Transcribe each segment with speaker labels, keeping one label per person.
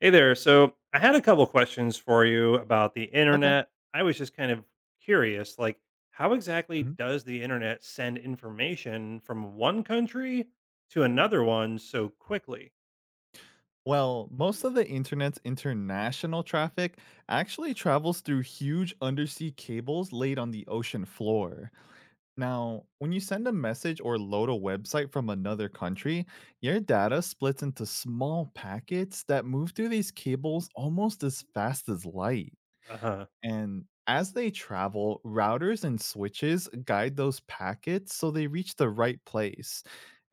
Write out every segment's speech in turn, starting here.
Speaker 1: Hey there. So I had a couple questions for you about the
Speaker 2: Okay.
Speaker 1: internet. I was just kind of curious, how exactly
Speaker 2: Mhm.
Speaker 1: does the internet send information from one country to another one so quickly?
Speaker 2: Well, most of the internet's international traffic actually travels through huge undersea cables laid on the ocean floor. Now, when you send a message or load a website from another country, your data splits into small packets that move through these cables almost as fast as light.
Speaker 1: Uh huh.
Speaker 2: And as they travel, routers and switches guide those packets so they reach the right place.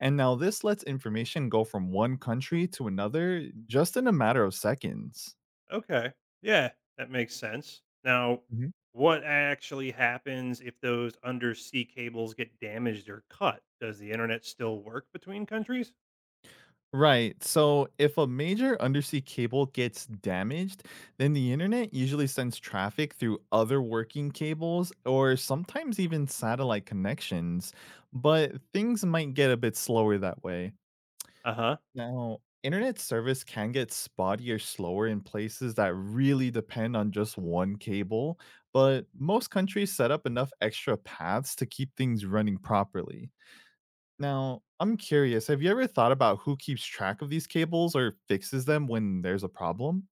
Speaker 2: And now this lets information go from one country to another just in a matter of seconds.
Speaker 1: Okay. Yeah, that makes sense. Now,
Speaker 2: Mhm.
Speaker 1: what actually happens if those undersea cables get damaged or cut? Does the internet still work between countries?
Speaker 2: Right. So if a major undersea cable gets damaged, then the internet usually sends traffic through other working cables or sometimes even satellite connections. But things might get a bit slower that way.
Speaker 1: Uh huh.
Speaker 2: Now, internet service can get spotty or slower in places that really depend on just one cable, but most countries set up enough extra paths to keep things running properly. Now, I'm curious, have you ever thought about who keeps track of these cables or fixes them when there's a problem?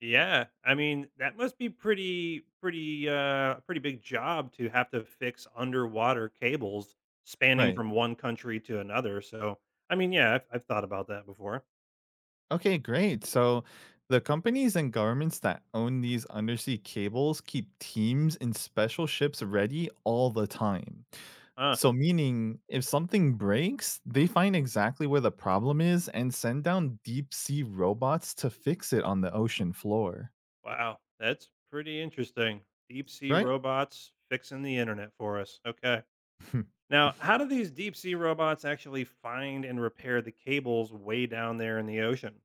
Speaker 1: Yeah, that must be pretty big job to have to fix underwater cables spanning
Speaker 2: Right.
Speaker 1: from one country to another, so, yeah, I've thought about that before.
Speaker 2: Okay, great. So, the companies and governments that own these undersea cables keep teams in special ships ready all the time.
Speaker 1: Huh,
Speaker 2: So meaning if something breaks, they find exactly where the problem is and send down deep sea robots to fix it on the ocean floor,
Speaker 1: wow, that's pretty interesting. Deep sea
Speaker 2: right?
Speaker 1: robots fixing the internet for us, okay.
Speaker 2: Hmm,
Speaker 1: Now, how do these deep sea robots actually find and repair the cables way down there in the ocean?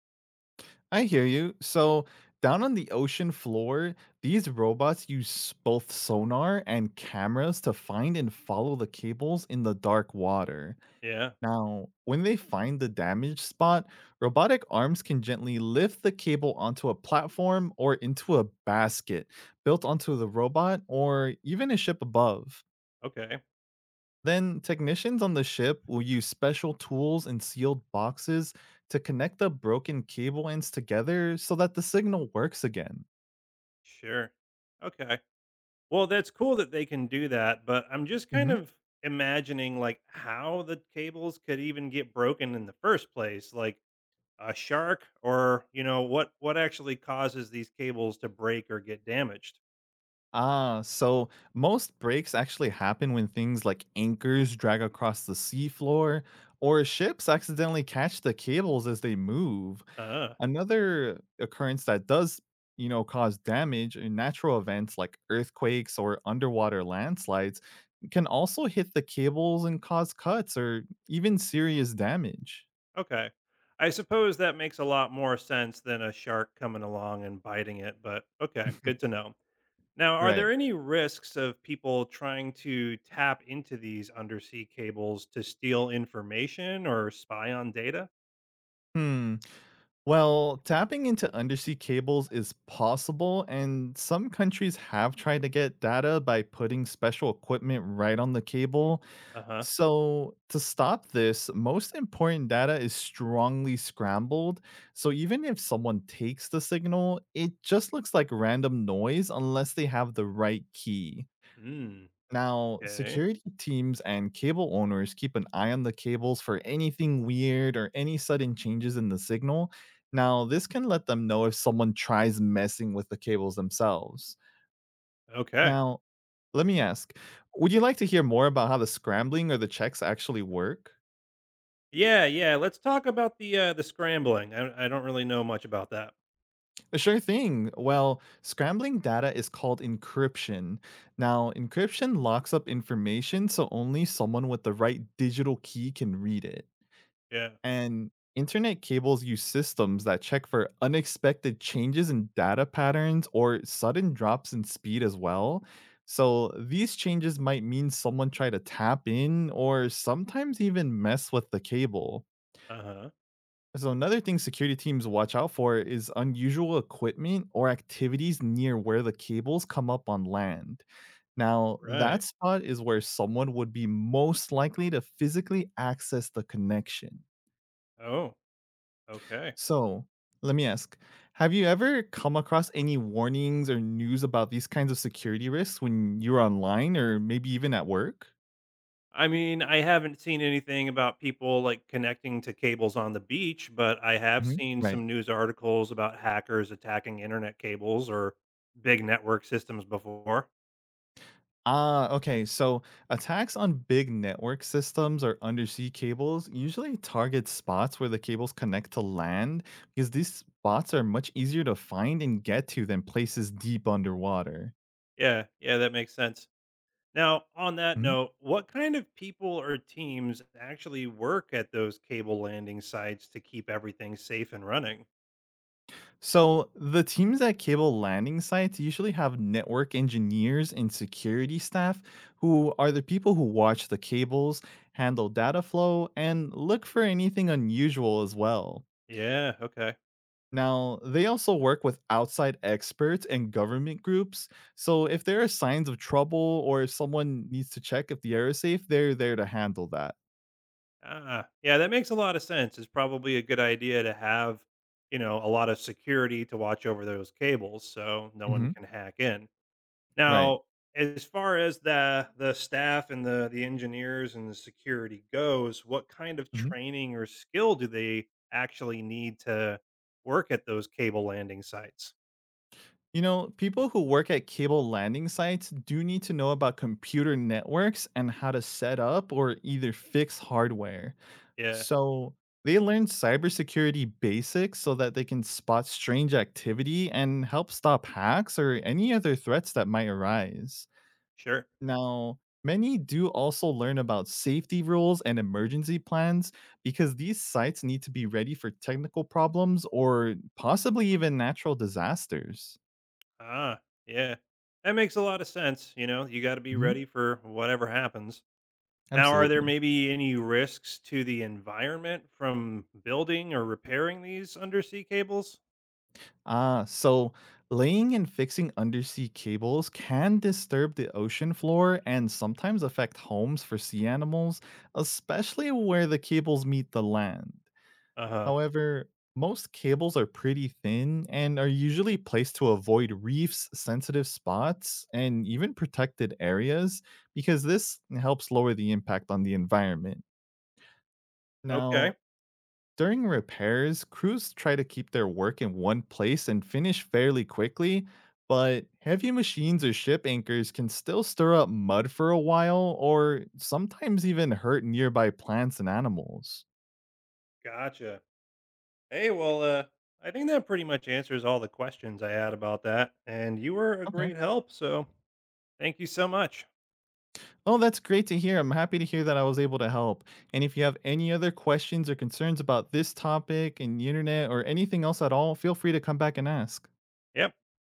Speaker 2: I hear you. So down on the ocean floor, these robots use both sonar and cameras to find and follow the cables in the dark water.
Speaker 1: Yeah,
Speaker 2: Now, when they find the damaged spot, robotic arms can gently lift the cable onto a platform or into a basket built onto the robot or even a ship above.
Speaker 1: okay,
Speaker 2: Then, technicians on the ship will use special tools and sealed boxes to connect the broken cable ends together so that the signal works again.
Speaker 1: sure. Okay. Well, that's cool that they can do that, but I'm just kind of imagining how the cables could even get broken in the first place, like a shark or, what actually causes these cables to break or get damaged.
Speaker 2: Ah, so most breaks actually happen when things like anchors drag across the seafloor or ships accidentally catch the cables as they move.
Speaker 1: Uh,
Speaker 2: Another occurrence that does, you know, cause damage in natural events like earthquakes or underwater landslides can also hit the cables and cause cuts or even serious damage.
Speaker 1: okay. I suppose that makes a lot more sense than a shark coming along and biting it, but okay, good to know. Now, are
Speaker 2: Right.
Speaker 1: there any risks of people trying to tap into these undersea cables to steal information or spy on data?
Speaker 2: Hmm. Well, tapping into undersea cables is possible, and some countries have tried to get data by putting special equipment right on the cable.
Speaker 1: Uh huh.
Speaker 2: So, to stop this, most important data is strongly scrambled. So, even if someone takes the signal, it just looks like random noise unless they have the right key.
Speaker 1: Mm.
Speaker 2: Now,
Speaker 1: Okay.
Speaker 2: security teams and cable owners keep an eye on the cables for anything weird or any sudden changes in the signal. Now, this can let them know if someone tries messing with the cables themselves.
Speaker 1: Okay.
Speaker 2: Now, let me ask, would you like to hear more about how the scrambling or the checks actually work?
Speaker 1: Yeah, yeah, let's talk about the scrambling. I don't really know much about that.
Speaker 2: Sure thing. Well, scrambling data is called encryption. Now, encryption locks up information so only someone with the right digital key can read it.
Speaker 1: Yeah.
Speaker 2: And internet cables use systems that check for unexpected changes in data patterns or sudden drops in speed as well. So these changes might mean someone tried to tap in or sometimes even mess with the cable.
Speaker 1: Uh-huh.
Speaker 2: So another thing security teams watch out for is unusual equipment or activities near where the cables come up on land. Now,
Speaker 1: Right.
Speaker 2: that spot is where someone would be most likely to physically access the connection.
Speaker 1: Oh, okay.
Speaker 2: So, let me ask, have you ever come across any warnings or news about these kinds of security risks when you're online or maybe even at work?
Speaker 1: I mean, I haven't seen anything about people, connecting to cables on the beach, but I have
Speaker 2: Mhm.
Speaker 1: seen
Speaker 2: Right.
Speaker 1: some news articles about hackers attacking internet cables or big network systems before.
Speaker 2: Ah, okay. So attacks on big network systems or undersea cables usually target spots where the cables connect to land because these spots are much easier to find and get to than places deep underwater.
Speaker 1: Yeah, yeah, that makes sense. Now, on that note, what kind of people or teams actually work at those cable landing sites to keep everything safe and running?
Speaker 2: So the teams at cable landing sites usually have network engineers and security staff who are the people who watch the cables, handle data flow, and look for anything unusual as well.
Speaker 1: Yeah, okay.
Speaker 2: Now, they also work with outside experts and government groups. So if there are signs of trouble or if someone needs to check if the air is safe, they're there to handle that.
Speaker 1: Ah, yeah, that makes a lot of sense. It's probably a good idea to have, a lot of security to watch over those cables so no one
Speaker 2: hmm
Speaker 1: can hack in.
Speaker 2: Right.
Speaker 1: Now, as far as the staff and the engineers and the security goes, what kind of
Speaker 2: Mm-hmm.
Speaker 1: training or skill do they actually need to work at those cable landing sites?
Speaker 2: You know, people who work at cable landing sites do need to know about computer networks and how to set up or either fix hardware.
Speaker 1: Yeah,
Speaker 2: So they learn cybersecurity basics so that they can spot strange activity and help stop hacks or any other threats that might arise.
Speaker 1: sure.
Speaker 2: Now, many do also learn about safety rules and emergency plans because these sites need to be ready for technical problems or possibly even natural disasters.
Speaker 1: Ah, yeah. That makes a lot of sense, you know. You got to be ready for whatever happens. Now, are there
Speaker 2: Absolutely.
Speaker 1: maybe any risks to the environment from building or repairing these undersea cables?
Speaker 2: Ah, so laying and fixing undersea cables can disturb the ocean floor and sometimes affect homes for sea animals, especially where the cables meet the land.
Speaker 1: Uh-huh.
Speaker 2: However, most cables are pretty thin and are usually placed to avoid reefs, sensitive spots, and even protected areas because this helps lower the impact on the environment.
Speaker 1: Okay.
Speaker 2: Now, During repairs, crews try to keep their work in one place and finish fairly quickly, but heavy machines or ship anchors can still stir up mud for a while or sometimes even hurt nearby plants and animals.
Speaker 1: Gotcha. Hey, well, I think that pretty much answers all the questions I had about that. And you were a
Speaker 2: Okay.
Speaker 1: great help. So thank you so much.
Speaker 2: Oh, that's great to hear. I'm happy to hear that I was able to help. And if you have any other questions or concerns about this topic and the internet or anything else at all, feel free to come back and ask.
Speaker 1: Yep.